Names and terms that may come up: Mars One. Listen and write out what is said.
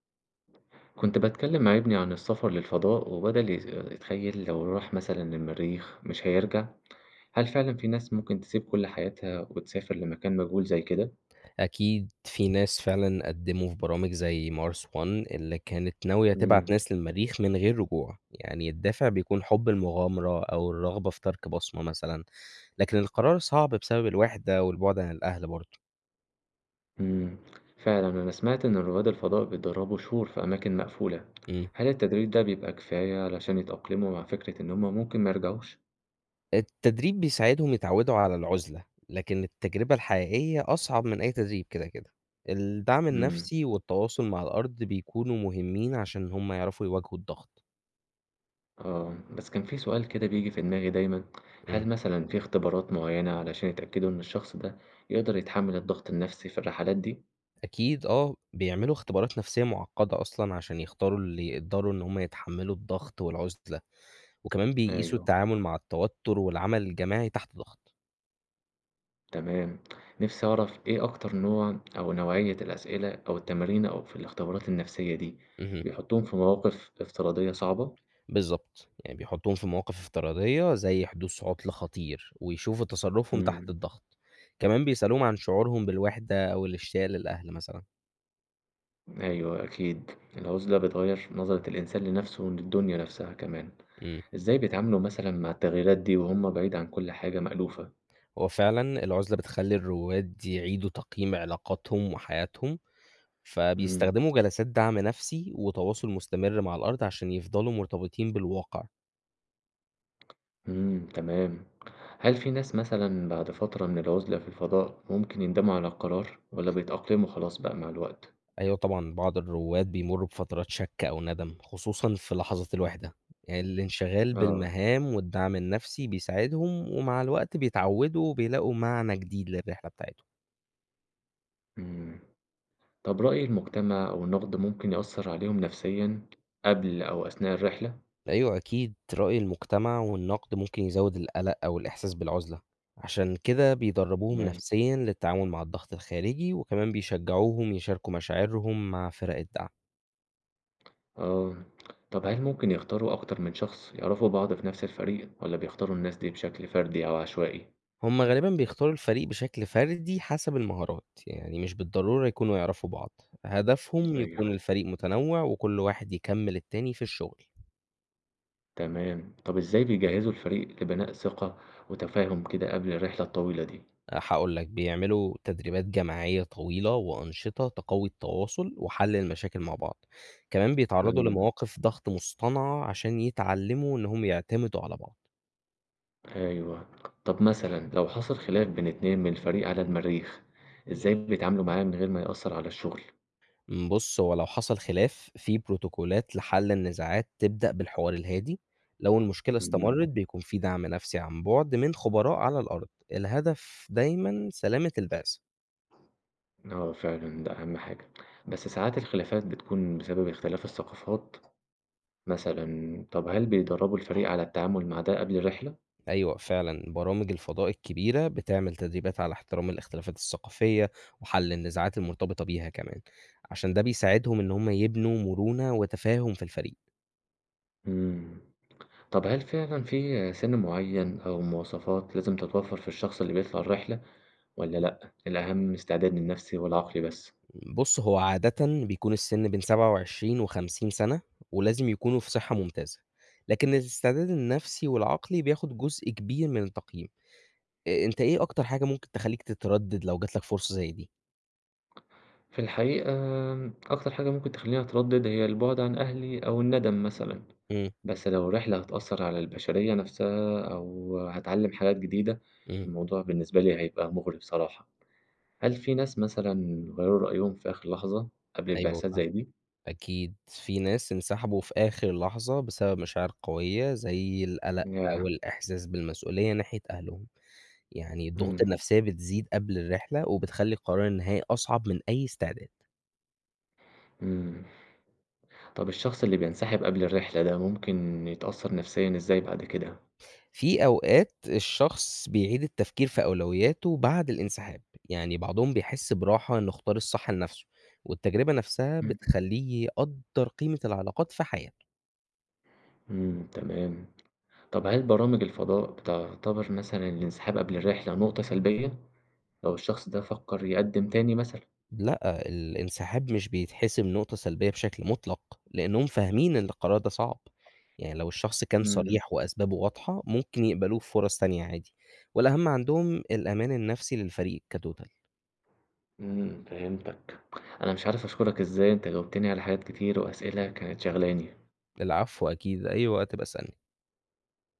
كنت بتكلم مع ابني عن السفر للفضاء وبدأ يتخيل لو راح مثلا المريخ مش هيرجع. هل فعلا في ناس ممكن تسيب كل حياتها وتسافر لمكان مجهول زي كده؟ أكيد في ناس فعلًا قدّموا في برامج زي Mars One اللي كانت ناوية تبعت مم. ناس للمريخ من غير رجوع، يعني الدافع بيكون حب المغامرة أو الرغبة في ترك بصمة مثلًا، لكن القرار صعب بسبب الوحدة والبُعد عن الأهل برضه. مم. فعلا أنا سمعت إن رواد الفضاء بيتدربوا شهور في أماكن مقفولة. إمم. هل التدريب ده بيبقى كفاية علشان يتأقلموا مع فكرة إن هما ممكن ما يرجعوش؟ التدريب بيساعدهم يتعودوا على العُزلة، لكن التجربة الحقيقية أصعب من أي تدريب كده. الدعم مم. النفسي والتواصل مع الأرض بيكونوا مهمين عشان هم يعرفوا يواجهوا الضغط. آه، بس كان في سؤال كده بيجي في دماغي دايما. إمم. هل مثلا في اختبارات معينة علشان يتأكدوا إن الشخص ده يقدر يتحمل الضغط النفسي في الرحلات دي؟ أكيد آه، بيعملوا اختبارات نفسية معقدة أصلًا عشان يختاروا اللي يقدروا إن هم يتحملوا الضغط والعُزلة، وكمان بيقيسوا أيوه، التعامل مع التوتر والعمل الجماعي تحت ضغط. تمام. نِفْسي أعرف إيه أكتر نوع أو نوعية الأسئلة أو التمارين أو في الاختبارات النفسية دي، اهم، بيحطّوهم في مواقف افتراضية صعبة؟ بالضبط، يعني بيحطّوهم في مواقف افتراضية زي حدوث عُطْل خطير، ويشوفوا تصرفهم تحت إمم، الضغط. كمان بيسألوهم عن شعورهم بالوحدة أو الاشتياق للأهل مثلًا. أيوه أكيد. العُزلة بتغيّر نظرة الإنسان لنَفْسه وللدنيا نَفْسها كمان. إمم، إزاي بيتعاملوا مثلًا مع التغييرات دي وهُم بعيد عن كل حاجة مألوفة؟ هو فعلًا العُزلة بتخلّي الرواد يعيدوا تقييم علاقاتهم وحياتهم، إمم، فبيستخدموا جلسات دعم نفسي وتواصل مستمر مع الأرض عشان يفضلوا مرتبطين بالواقع. إمم، تمام. هل في ناس مثلًا بعد فترة من العُزلة في الفضاء ممكن يندموا على القرار والّا بيتأقلموا خلاص بقى مع الوقت؟ أيوه طبعًا بعض الرواد بيمرّوا بفترات شك أو ندم، خصوصًا في لحظة الوحدة. يعني الانشغال آه، بالمهام والدعم النفسي بيساعدهم ومع الوقت بيتعودوا وبيلاقوا معنى جديد للرحلة بتاعتهم. إمم. طب رأي المجتمع أو النقد ممكن يأثر عليهم نفسيًا قبل أو أثناء الرحلة؟ أيوه أكيد رأي المجتمع والنقد ممكن يزود القلق أو الإحساس بالعزلة. عشان كده بيدربوهم تمام، نفسيًا للتعامل مع الضغط الخارجي وكمان بيشجعوهم يشاركوا مشاعرهم مع فرق الدعم. آه، طب هل ممكن يختاروا أكتر من شخص يعرفوا بعض في نفس الفريق ولا بيختاروا الناس دي بشكل فردي أو عشوائي؟ هم غالبًا بيختاروا الفريق بشكل فردي حسب المهارات، يعني مش بالضرورة يكونوا يعرفوا بعض، هدفهم يكون أيوه، الفريق متنوع وكل واحد يكمّل التاني في الشغل، تمام، طب إزاي بيجهزوا الفريق لبناء ثقة وتفاهم كده قبل الرحلة الطويلة دي؟ هاقول لك بيعملوا تدريبات جماعية طويلة وأنشطة تقوي التواصل وحل المشاكل مع بعض، كمان بيتعرضوا امم، لمواقف ضغط مصطنعة عشان يتعلموا إن هم يعتمدوا على بعض. أيوه، طب مثلًا لو حصل خلاف بين اتنين من الفريق على المريخ، إزاي بيتعاملوا معاه من غير ما يأثر على الشغل؟ بُص، هو لو حصل خلاف في بروتوكولات لحل النزاعات تبدأ بالحوار الهادي، لو المشكلة امم. استمرت بيكون في دعم نفسي عن بُعد من خبراء على الأرض، الهدف دايمًا سلامة البعثة. آه فعلًا، ده أهم حاجة. بس ساعات الخلافات بتكون بسبب اختلاف الثقافات، مثلًا طب هل بيدربوا الفريق على التعامل مع ده قبل الرحلة؟ أيوه فعلًا، برامج الفضاء الكبيرة بتعمل تدريبات على احترام الاختلافات الثقافية وحل النزاعات المرتبطة بيها كمان، عشان ده بيساعدهم إن هم يبنوا مرونة وتفاهم في الفريق. إمم. طب هل فعلًا في سن معين أو مواصفات لازم تتوفر في الشخص اللي بيطلع الرحلة والّا لأ، الأهم استعداد النفسي والعقلي بس؟ بُص، هو عادةً بيكون السِن بين 27 و50 سَنة، ولازم يكونوا في صحة ممتازة، لكن الاستعداد النفسي والعقلي بياخد جزء كبير من التقييم. أنت إيه أكتر حاجة ممكن تخلّيك تتردد لو جات لك فرصة زي دي؟ في الحقيقة، أكتر حاجة ممكن تخليني أتردد هي البعد عن أهلي أو الندم مثلًا. إمم، بس لو الرحلة هتأثر على البشرية نفسها أو هتعلم حاجات جديدة، إمم، الموضوع بالنسبة لي هيبقى مغري بصراحة. هل في ناس مثلا غيروا رأيهم في آخر لحظة قبل أيوه البعثات فاهمك، زي دي؟ أكيد في ناس انسحبوا في آخر لحظة بسبب مشاعر قوية زي القلق أو ياه. الإحساس بالمسؤولية ناحية أهلهم، يعني الضغوط مم. النفسية بتزيد قبل الرحلة وبتخلّي قرار النهائي أصعب من أي استعداد. مم. طب الشخص اللي بينسحب قبل الرحلة ده ممكن يتأثر نفسيا إزاي بعد كده؟ في أوقات الشخص بيعيد التفكير في أولوياته بعد الانسحاب، يعني بعضهم بيحس براحة إنه اختار الصح لنفسه، والتجربة نفسها مم. بتخلّيه يقدّر قيمة العلاقات في حياته. مم. تمام. طب هل برامج الفضاء بتعتبر مثلا الانسحاب قبل الرحلة نقطة سلبية؟ لو الشخص ده فكر يقدم تاني مثلا؟ لأ، الانسحاب مش بيتحسب نقطة سلبية بشكل مطلق، لأنهم فاهمين إن القرار ده صعب، يعني لو الشخص كان مم. صريح وأسبابه واضحة، ممكن يقبلوه في فرص تانية عادي، والأهم عندهم الأمان النفسي للفريق كtotal. إمم، فهمتك. أنا مش عارف أشكرك إزاي، أنت جاوبتني على حاجات كتير وأسئلة كانت شاغلاني. العفو أكيد، أي وقت باسألني.